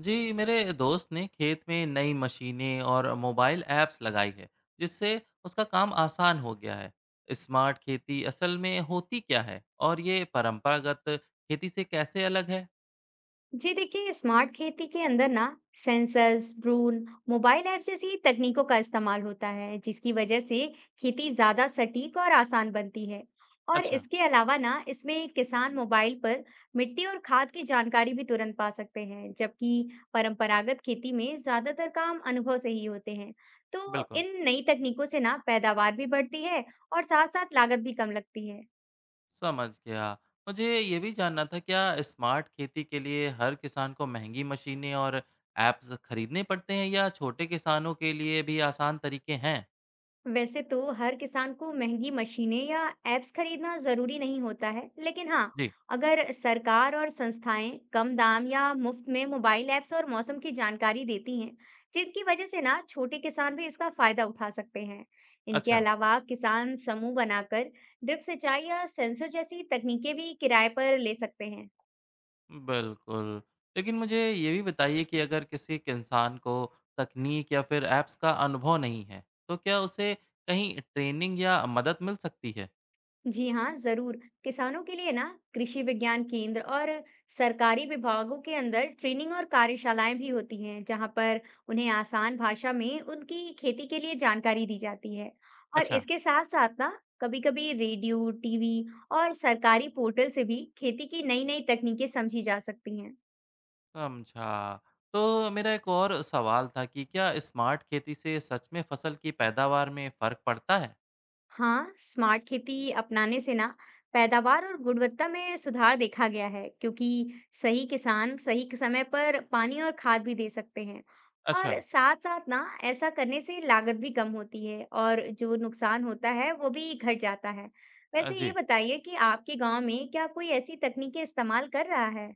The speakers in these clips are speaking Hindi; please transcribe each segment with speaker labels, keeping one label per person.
Speaker 1: जी, मेरे दोस्त ने खेत में नई मशीनें और मोबाइल ऐप्स लगाई है जिससे उसका काम आसान हो गया है। स्मार्ट खेती असल में होती क्या है और ये परंपरागत खेती से कैसे अलग है?
Speaker 2: जी देखिए स्मार्ट खेती के अंदर ना सेंसर्स ड्रोन मोबाइल ऐप जैसी तकनीकों का इस्तेमाल होता है, जिसकी वजह से खेती ज्यादा सटीक और आसान बनती है। और
Speaker 1: अच्छा।
Speaker 2: इसके अलावा ना इसमें किसान मोबाइल पर मिट्टी और खाद की जानकारी भी तुरंत पा सकते हैं, जबकि परंपरागत खेती में ज्यादातर काम अनुभव से ही होते हैं। तो
Speaker 1: बिल्कुल।
Speaker 2: इन नई तकनीकों से ना पैदावार भी बढ़ती है और साथ साथ लागत भी कम लगती है।
Speaker 1: समझ गया। मुझे ये भी जानना था क्या स्मार्ट खेती के लिए हर किसान को महंगी मशीनें और ऐप्स खरीदने पड़ते हैं या छोटे किसानों के लिए भी आसान तरीके हैं?
Speaker 2: वैसे तो हर किसान को महंगी मशीनें या एप्स खरीदना जरूरी नहीं होता है, लेकिन हाँ,
Speaker 1: जी।
Speaker 2: अगर सरकार और संस्थाएं कम दाम या मुफ्त में मोबाइल ऐप्स और मौसम की जानकारी देती हैं, जिनकी वजह से ना छोटे किसान भी इसका फायदा उठा सकते हैं। इनके
Speaker 1: अच्छा।
Speaker 2: अलावा किसान समूह बनाकर ड्रिप सिंचाई या सेंसर जैसी तकनीकें भी किराए पर ले सकते हैं।
Speaker 1: बिल्कुल। लेकिन मुझे ये भी बताइए कि अगर किसी एक इंसान को तकनीक या फिर ऐप्स का अनुभव नहीं है, तो क्या उसे कहीं ट्रेनिंग या मदद मिल सकती है?
Speaker 2: जी हाँ, जरूर। किसानों के लिए ना कृषि विज्ञान केंद्र और सरकारी विभागों के अंदर ट्रेनिंग और कार्यशालाएं भी होती हैं, जहाँ पर उन्हें आसान भाषा में उनकी खेती के लिए जानकारी दी जाती है। और
Speaker 1: अच्छा,
Speaker 2: इसके साथ साथ ना कभी-कभी रेडियो, टीवी और सरकारी पोर्टल से भी खेती की नई-नई तकनीकें समझी जा सकती हैं।
Speaker 1: समझा। तो मेरा एक और सवाल था कि क्या स्मार्ट खेती से सच में फसल की पैदावार में फ़र्क पड़ता है?
Speaker 2: हाँ, स्मार्ट खेती अपनाने से ना पैदावार और गुणवत्ता में सुधार देखा गया है, क्योंकि सही किसान सही के समय पर पानी और खाद भी दे सकते हैं।
Speaker 1: अच्छा।
Speaker 2: और साथ-साथ ना ऐसा करने से लागत भी कम होती है और जो नुकसान होता है वो भी घट जाता है। वैसे ये
Speaker 1: जी।
Speaker 2: बताइए कि आपके गांव में क्या कोई ऐसी तकनीकें इस्तेमाल कर रहा है?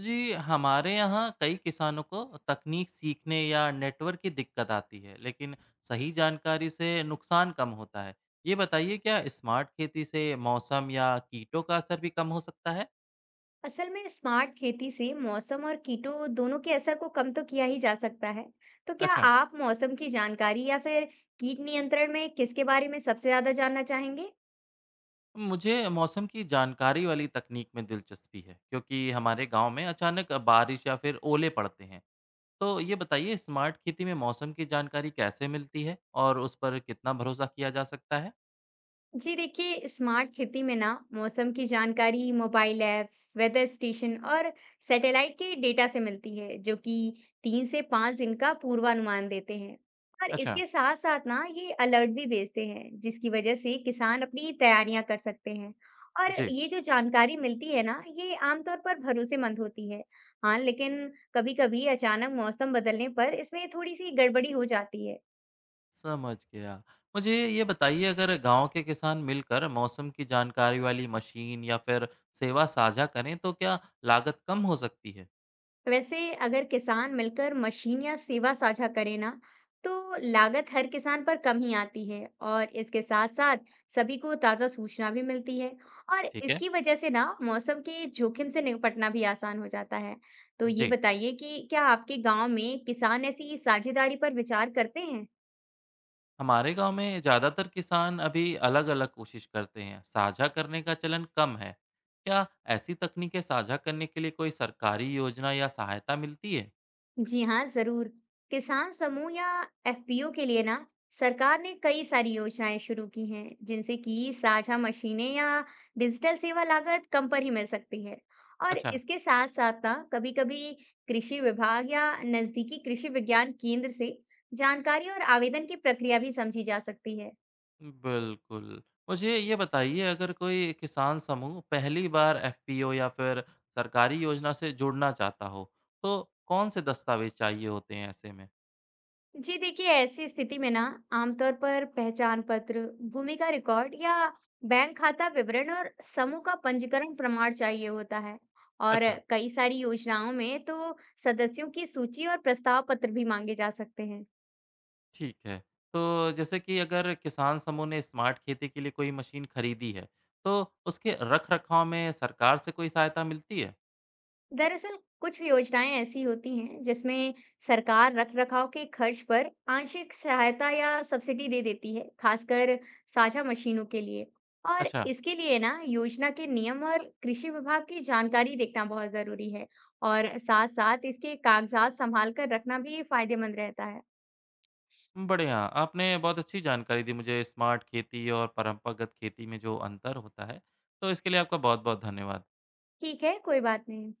Speaker 1: जी, हमारे यहाँ कई किसानों को तकनीक सीखने या नेटवर्क की दिक्कत आती है, लेकिन सही जानकारी से नुकसान कम होता है। ये बताइए क्या स्मार्ट खेती से मौसम या कीटों का असर भी कम हो सकता है?
Speaker 2: असल में स्मार्ट खेती से मौसम और कीटों दोनों के असर को कम तो किया ही जा सकता है। तो क्या
Speaker 1: अच्छा।
Speaker 2: आप मौसम की जानकारी या फिर कीट नियंत्रण में किसके बारे में सबसे ज्यादा जानना चाहेंगे?
Speaker 1: मुझे मौसम की जानकारी वाली तकनीक में दिलचस्पी है, क्योंकि हमारे गांव में अचानक बारिश या फिर ओले पड़ते हैं। तो ये बताइए स्मार्ट खेती में मौसम की जानकारी कैसे मिलती है और उस पर कितना भरोसा किया जा सकता है?
Speaker 2: जी देखिए स्मार्ट खेती में ना मौसम की जानकारी मोबाइल ऐप्स, वेदर स्टेशन और सैटेलाइट के डेटा से मिलती है, जो कि 3 से 5 दिन का पूर्वानुमान देते हैं। और
Speaker 1: अच्छा।
Speaker 2: इसके साथ साथ ना ये अलर्ट भी भेजते हैं, जिसकी वजह से किसान अपनी तैयारियां कर सकते हैं। और
Speaker 1: जी।
Speaker 2: ये जो जानकारी मिलती है ना ये आमतौर पर भरोसेमंद होती है। हाँ, लेकिन कभी कभी अचानक मौसम बदलने पर इसमें थोड़ी सी गड़बड़ी हो जाती है।
Speaker 1: समझ गया। मुझे ये बताइए अगर गाँव के किसान मिलकर मौसम की जानकारी वाली मशीन या फिर सेवा साझा करें तो क्या लागत कम हो सकती है?
Speaker 2: वैसे अगर किसान मिलकर मशीन या सेवा साझा करें ना, तो लागत हर किसान पर कम ही आती है। और इसके साथ साथ सभी को ताजा सूचना भी मिलती है, और
Speaker 1: ठीक है।
Speaker 2: इसकी वजह से ना मौसम के जोखिम से निपटना भी आसान हो जाता है। तो ये
Speaker 1: जी,
Speaker 2: बताइए कि क्या आपके गांव में किसान ऐसी साझेदारी पर विचार करते हैं?
Speaker 1: हमारे गांव में ज़्यादातर किसान अभी अलग-अलग कोशिश करते हैं। साझा करने का चलन कम है। क्या ऐसी तकनीकें साझा करने के लिए कोई सरकारी योजना या सहायता मिलती है?
Speaker 2: जी हाँ, जरूर। किसान समूह या एफपीओ के लिए ना सरकार ने कई सारी योजनाएं शुरू की हैं, जिनसे कि साझा मशीनें या डिजिटल सेवा लागत कम पर ही मिल सकती है। और
Speaker 1: अच्छा।
Speaker 2: इसके साथ साथ ना कभी-कभी कृषि विभाग या नजदीकी कृषि विज्ञान केंद्र से जानकारी और आवेदन की प्रक्रिया भी समझी जा सकती है।
Speaker 1: बिल्कुल। मुझे ये बताइए अगर कोई किसान समूह पहली बार एफपीओ या फिर सरकारी योजना से जुड़ना चाहता हो, तो कौन-से दस्तावेज़ चाहिए होते हैं ऐसे में?
Speaker 2: जी देखिए ऐसी स्थिति में ना आमतौर पर पहचान पत्र, भूमि का रिकॉर्ड या बैंक खाता विवरण और समूह का पंजीकरण प्रमाण चाहिए होता है। और
Speaker 1: अच्छा,
Speaker 2: कई सारी योजनाओं में तो सदस्यों की सूची और प्रस्ताव पत्र भी मांगे जा सकते हैं।
Speaker 1: ठीक है। तो जैसे कि अगर किसान समूह ने स्मार्ट खेती के लिए कोई मशीन खरीदी है, तो उसके रख-रखाव में सरकार से कोई सहायता मिलती है?
Speaker 2: दरअसल कुछ योजनाएं ऐसी होती हैं, जिसमें सरकार रखरखाव के खर्च पर आंशिक सहायता या सब्सिडी दे देती है, खासकर साझा मशीनों के लिए। और
Speaker 1: अच्छा,
Speaker 2: इसके लिए ना योजना के नियम और कृषि विभाग की जानकारी देखना बहुत जरूरी है, और साथ साथ इसके कागजात संभाल कर रखना भी फायदेमंद रहता है।
Speaker 1: बढ़िया। आपने बहुत अच्छी जानकारी दी मुझे स्मार्ट खेती और परंपरागत खेती में जो अंतर होता है, तो इसके लिए आपका बहुत-बहुत धन्यवाद।
Speaker 2: ठीक है, कोई बात नहीं।